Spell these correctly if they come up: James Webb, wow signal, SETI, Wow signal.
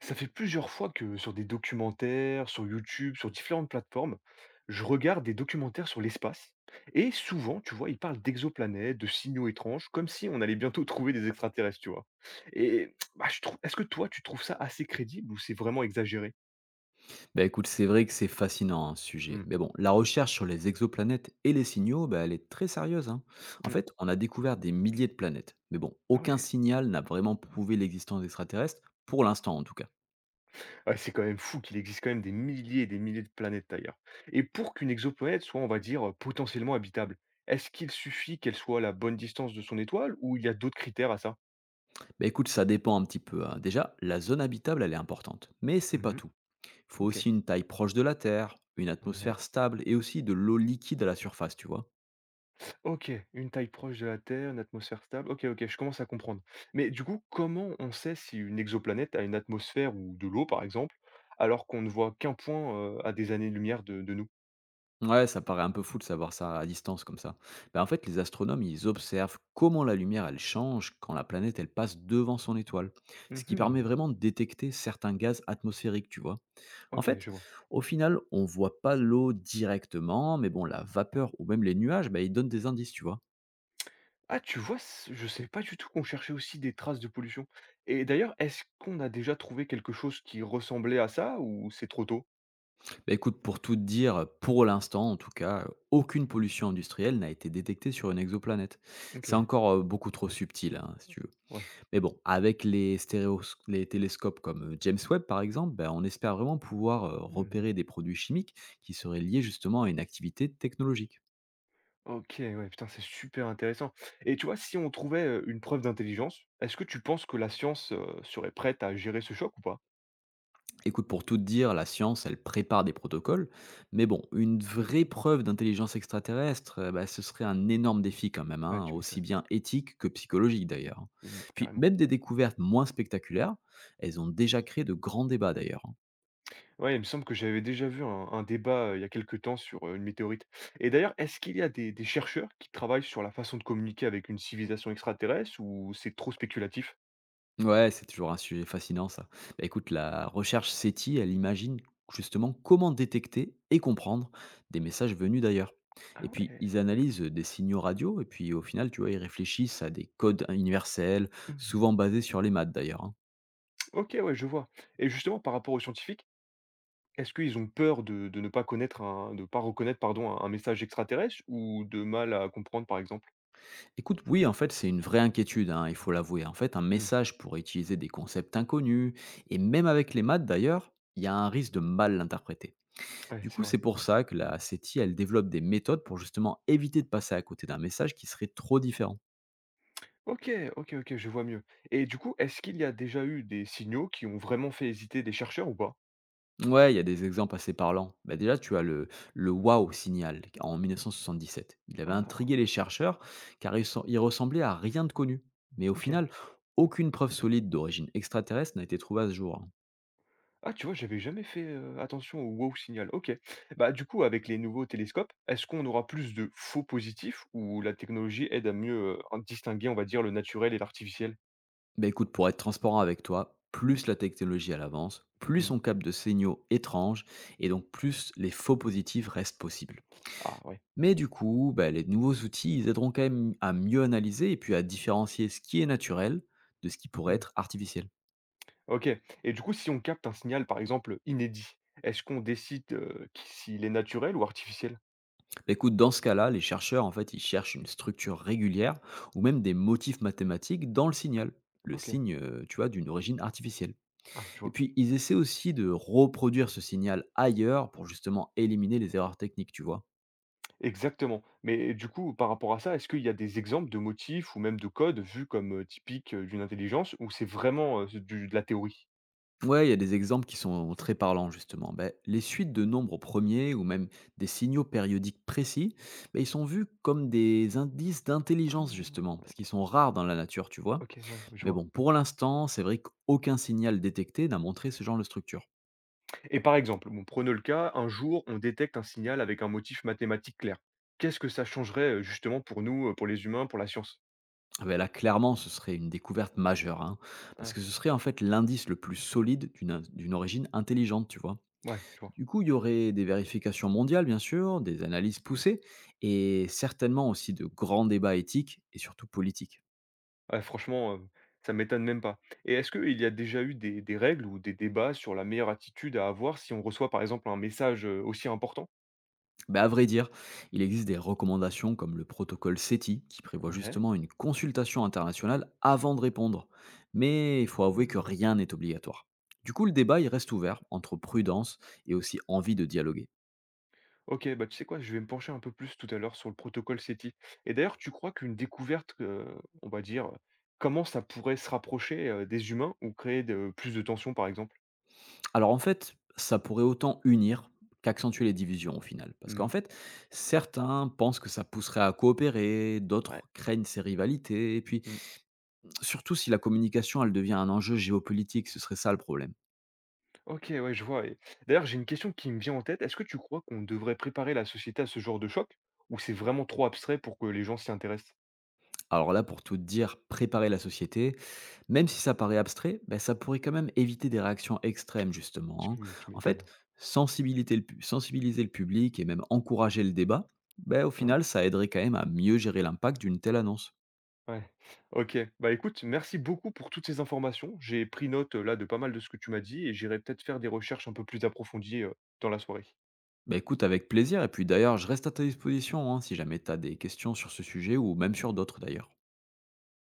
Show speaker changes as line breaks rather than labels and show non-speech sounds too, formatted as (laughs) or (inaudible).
Ça fait plusieurs fois que sur des documentaires, sur YouTube, sur différentes plateformes, je regarde des documentaires sur l'espace. Et souvent, tu vois, ils parlent d'exoplanètes, de signaux étranges, comme si on allait bientôt (laughs) trouver des extraterrestres, tu vois. Et bah, je trouve, est-ce que toi, tu trouves ça assez crédible ou c'est vraiment exagéré?
Bah écoute, c'est vrai que c'est fascinant hein, ce sujet.
Hmm,
Mais bon, la recherche sur les exoplanètes et les signaux, bah, elle est très sérieuse, hein. En
hmm.
fait, on a découvert des milliers de planètes. Mais bon,
Ah
aucun
ouais.
signal n'a vraiment prouvé l'existence d'extraterrestres, pour l'instant en tout cas.
Ouais, c'est quand même fou qu'il existe quand même des milliers et des milliers de planètes ailleurs. Et pour qu'une exoplanète soit, on va dire, potentiellement habitable, est-ce qu'il suffit qu'elle soit à la bonne distance de son étoile ou il y a d'autres critères à ça?
Bah écoute, ça dépend un petit peu, hein. Déjà, la zone habitable, elle est importante. Mais c'est pas
Mhm.
tout. Il faut
Ok.
aussi une taille proche de la Terre, une
Ouais.
atmosphère stable et aussi de l'eau liquide à la surface, tu vois.
OK, une taille proche de la Terre, une atmosphère stable. OK, OK, je commence à comprendre. Mais du coup, comment on sait si une exoplanète a une atmosphère ou de l'eau, par exemple, alors qu'on ne voit qu'un point à des années-lumière de nous?
Ouais, ça paraît un peu fou de savoir ça à distance comme ça. Ben, en fait, les astronomes, ils observent comment la lumière, elle change quand la planète, elle passe devant son étoile. Ce qui
Mhm.
permet vraiment de détecter certains gaz atmosphériques, tu vois. En
OK,
fait,
je vois.
au final, on voit pas l'eau directement, mais bon, la vapeur ou même les nuages, ben, ils donnent des indices, tu vois.
Ah, tu vois, je sais pas du tout qu'on cherchait aussi des traces de pollution. Et d'ailleurs, est-ce qu'on a déjà trouvé quelque chose qui ressemblait à ça ou c'est trop tôt?
Ben, écoute, pour tout te dire, pour l'instant, en tout cas, aucune pollution industrielle n'a été détectée sur une exoplanète. C'est
OK,
encore beaucoup trop subtil, hein, si tu veux.
ouais.
Mais bon, avec les stéréos les télescopes comme, James Webb par exemple, ben on espère vraiment pouvoir,
Hmm.
repérer des produits chimiques qui seraient liés justement à une activité technologique.
OK, ouais, putain, c'est super intéressant. Et tu vois, si on trouvait, une preuve d'intelligence, est-ce que tu penses que la science, serait prête à gérer ce choc ou pas?
Écoute, pour tout te dire, la science, elle prépare des protocoles, mais bon, une vraie preuve d'intelligence extraterrestre, bah, ce serait un énorme défi quand même,
Ouais,
hein,
tu
aussi
m'étonnes.
bien éthique que psychologique d'ailleurs, hein.
Mmh,
Puis
carrément.
même des découvertes moins spectaculaires, elles ont déjà créé de grands débats d'ailleurs, hein.
Ouais, il me semble que j'avais déjà vu un débat, il y a quelques temps sur, une météorite. Et d'ailleurs, est-ce qu'il y a des chercheurs qui travaillent sur la façon de communiquer avec une civilisation extraterrestre ou c'est trop spéculatif?
Ouais, c'est toujours un sujet fascinant ça. Bah, écoute, la recherche SETI, elle imagine justement comment détecter et comprendre des messages venus d'ailleurs.
Ah
Et puis,
ouais.
ils analysent des signaux radio, et puis au final, tu vois, ils réfléchissent à des codes universels,
Mmh.
souvent basés sur les maths d'ailleurs, hein.
OK, ouais, je vois. Et justement, par rapport aux scientifiques, est-ce qu'ils ont peur de ne pas connaître un de pas reconnaître, pardon, un message extraterrestre ou de mal à comprendre, par exemple?
Écoute, oui, en fait, c'est une vraie inquiétude, hein, il faut l'avouer. En fait, un
Mmh,
message pourrait utiliser des concepts inconnus, et même avec les maths d'ailleurs, il y a un risque de mal l'interpréter.
ouais,
Du
c'est
coup,
vrai.
c'est pour ça que la SETI, elle développe des méthodes pour justement éviter de passer à côté d'un message qui serait trop différent.
OK, OK, OK, je vois mieux et du coup, est-ce qu'il y a déjà eu des signaux qui ont vraiment fait hésiter des chercheurs ou pas?
Ouais, il y a des exemples assez parlants. Bah déjà, tu as le Wow signal en 1977. Il avait intrigué
Ah,
les chercheurs car il, il ressemblait à rien de connu. Mais au
OK.
final, aucune preuve solide d'origine extraterrestre n'a été trouvée à ce jour, hein.
Ah, tu vois, j'avais jamais fait, attention au wow signal. OK. Bah, du coup, avec les nouveaux télescopes, est-ce qu'on aura plus de faux positifs ou la technologie aide à mieux, en distinguer, on va dire, le naturel et l'artificiel?
Bah écoute, pour être transparent avec toi, plus la technologie elle avance, plus
Mmh.
on capte de signaux étranges et donc plus les faux positifs restent possibles.
Ah ouais.
Mais du coup, bah, les nouveaux outils, ils aideront quand même à mieux analyser et puis à différencier ce qui est naturel de ce qui pourrait
Mmh.
être artificiel.
OK et du coup, si on capte un signal, par exemple, inédit, est-ce qu'on décide, qui s'il est naturel ou artificiel?
Bah, écoute, dans ce cas-là, les chercheurs, en fait, ils cherchent une structure régulière ou même des motifs mathématiques dans le signal, le
OK.
signe, tu vois, d'une origine artificielle.
Ah, je
Et
vois.
puis, ils essaient aussi de reproduire ce signal ailleurs pour justement éliminer les erreurs techniques, tu vois.
Exactement. Mais du coup, par rapport à ça, est-ce qu'il y a des exemples de motifs ou même de codes vus comme, typiques, d'une intelligence ou c'est vraiment, du de la théorie?
Ouais, il y a des exemples qui sont très parlants, justement. Ben, les suites de nombres premiers ou même des signaux périodiques précis, ben, ils sont vus comme des indices d'intelligence,
Ah!
justement, parce qu'ils sont rares dans la nature, tu vois.
OK, ouais, je
Mais
vois
bon, pour l'instant, c'est vrai qu'aucun signal détecté n'a montré ce genre de structure.
et par exemple, bon, prenons le cas, un jour, on détecte un signal avec un motif mathématique clair. Qu'est-ce que ça changerait, justement pour nous, pour les humains, pour la science?
Ah ben là, clairement, ce serait une découverte majeure, hein, parce
Ah,
que ce serait en fait l'indice le plus solide d'une origine intelligente, tu vois.
ouais, je vois.
Du coup, il y aurait des vérifications mondiales, bien sûr, des analyses poussées, et certainement aussi de grands débats éthiques et surtout politiques.
Ah franchement, ça m'étonne même pas et est-ce qu'il y a déjà eu des règles ou des débats sur la meilleure attitude à avoir si on reçoit, par exemple, un message, aussi important?
Mais à vrai dire, il existe des recommandations comme le protocole SETI, qui prévoit
Ouais.
justement une consultation internationale avant de répondre. Mais il faut avouer que
Mmh.
rien n'est obligatoire. Du coup, le débat, il reste ouvert entre prudence et aussi envie de dialoguer.
OK, bah, tu sais quoi? Je vais me pencher un peu plus tout à l'heure sur le protocole SETI et d'ailleurs, tu crois qu'une découverte, on va dire, comment ça pourrait se rapprocher, des humains ou créer de plus de tensions, par exemple?
Alors en fait, ça pourrait autant unir qu'accentuer les divisions au final. Parce qu'en
Mmh.
fait, certains pensent que ça pousserait à coopérer,
Ouais.
d'autres craignent ces rivalités, et puis
Mmh.
surtout si la communication, elle devient un enjeu géopolitique, ce serait ça le problème.
OK, ouais, je vois et d'ailleurs, j'ai une question qui me vient en tête. Est-ce que tu crois qu'on devrait préparer la société à ce genre de choc ou c'est vraiment trop abstrait pour que les gens s'y intéressent?
Alors là, pour tout te dire, préparer la société, même si ça paraît abstrait, ben, ça pourrait quand même éviter des réactions extrêmes, justement, hein.
Tu
En
m'étonnes.
fait, sensibiliser sensibiliser le public et même encourager le débat, ben, au
Hein?
final, ça aiderait quand même à mieux gérer l'impact d'une telle annonce.
Ouais. OK. Bah, écoute, merci beaucoup pour toutes ces informations. J'ai pris note, là, de pas mal de ce que tu m'as dit et j'irai peut-être faire des recherches un peu plus approfondies, dans la soirée.
Bah écoute, avec plaisir. Et puis d'ailleurs, je reste à ta disposition hein, si jamais tu as des questions sur ce sujet ou même sur d'autres d'ailleurs.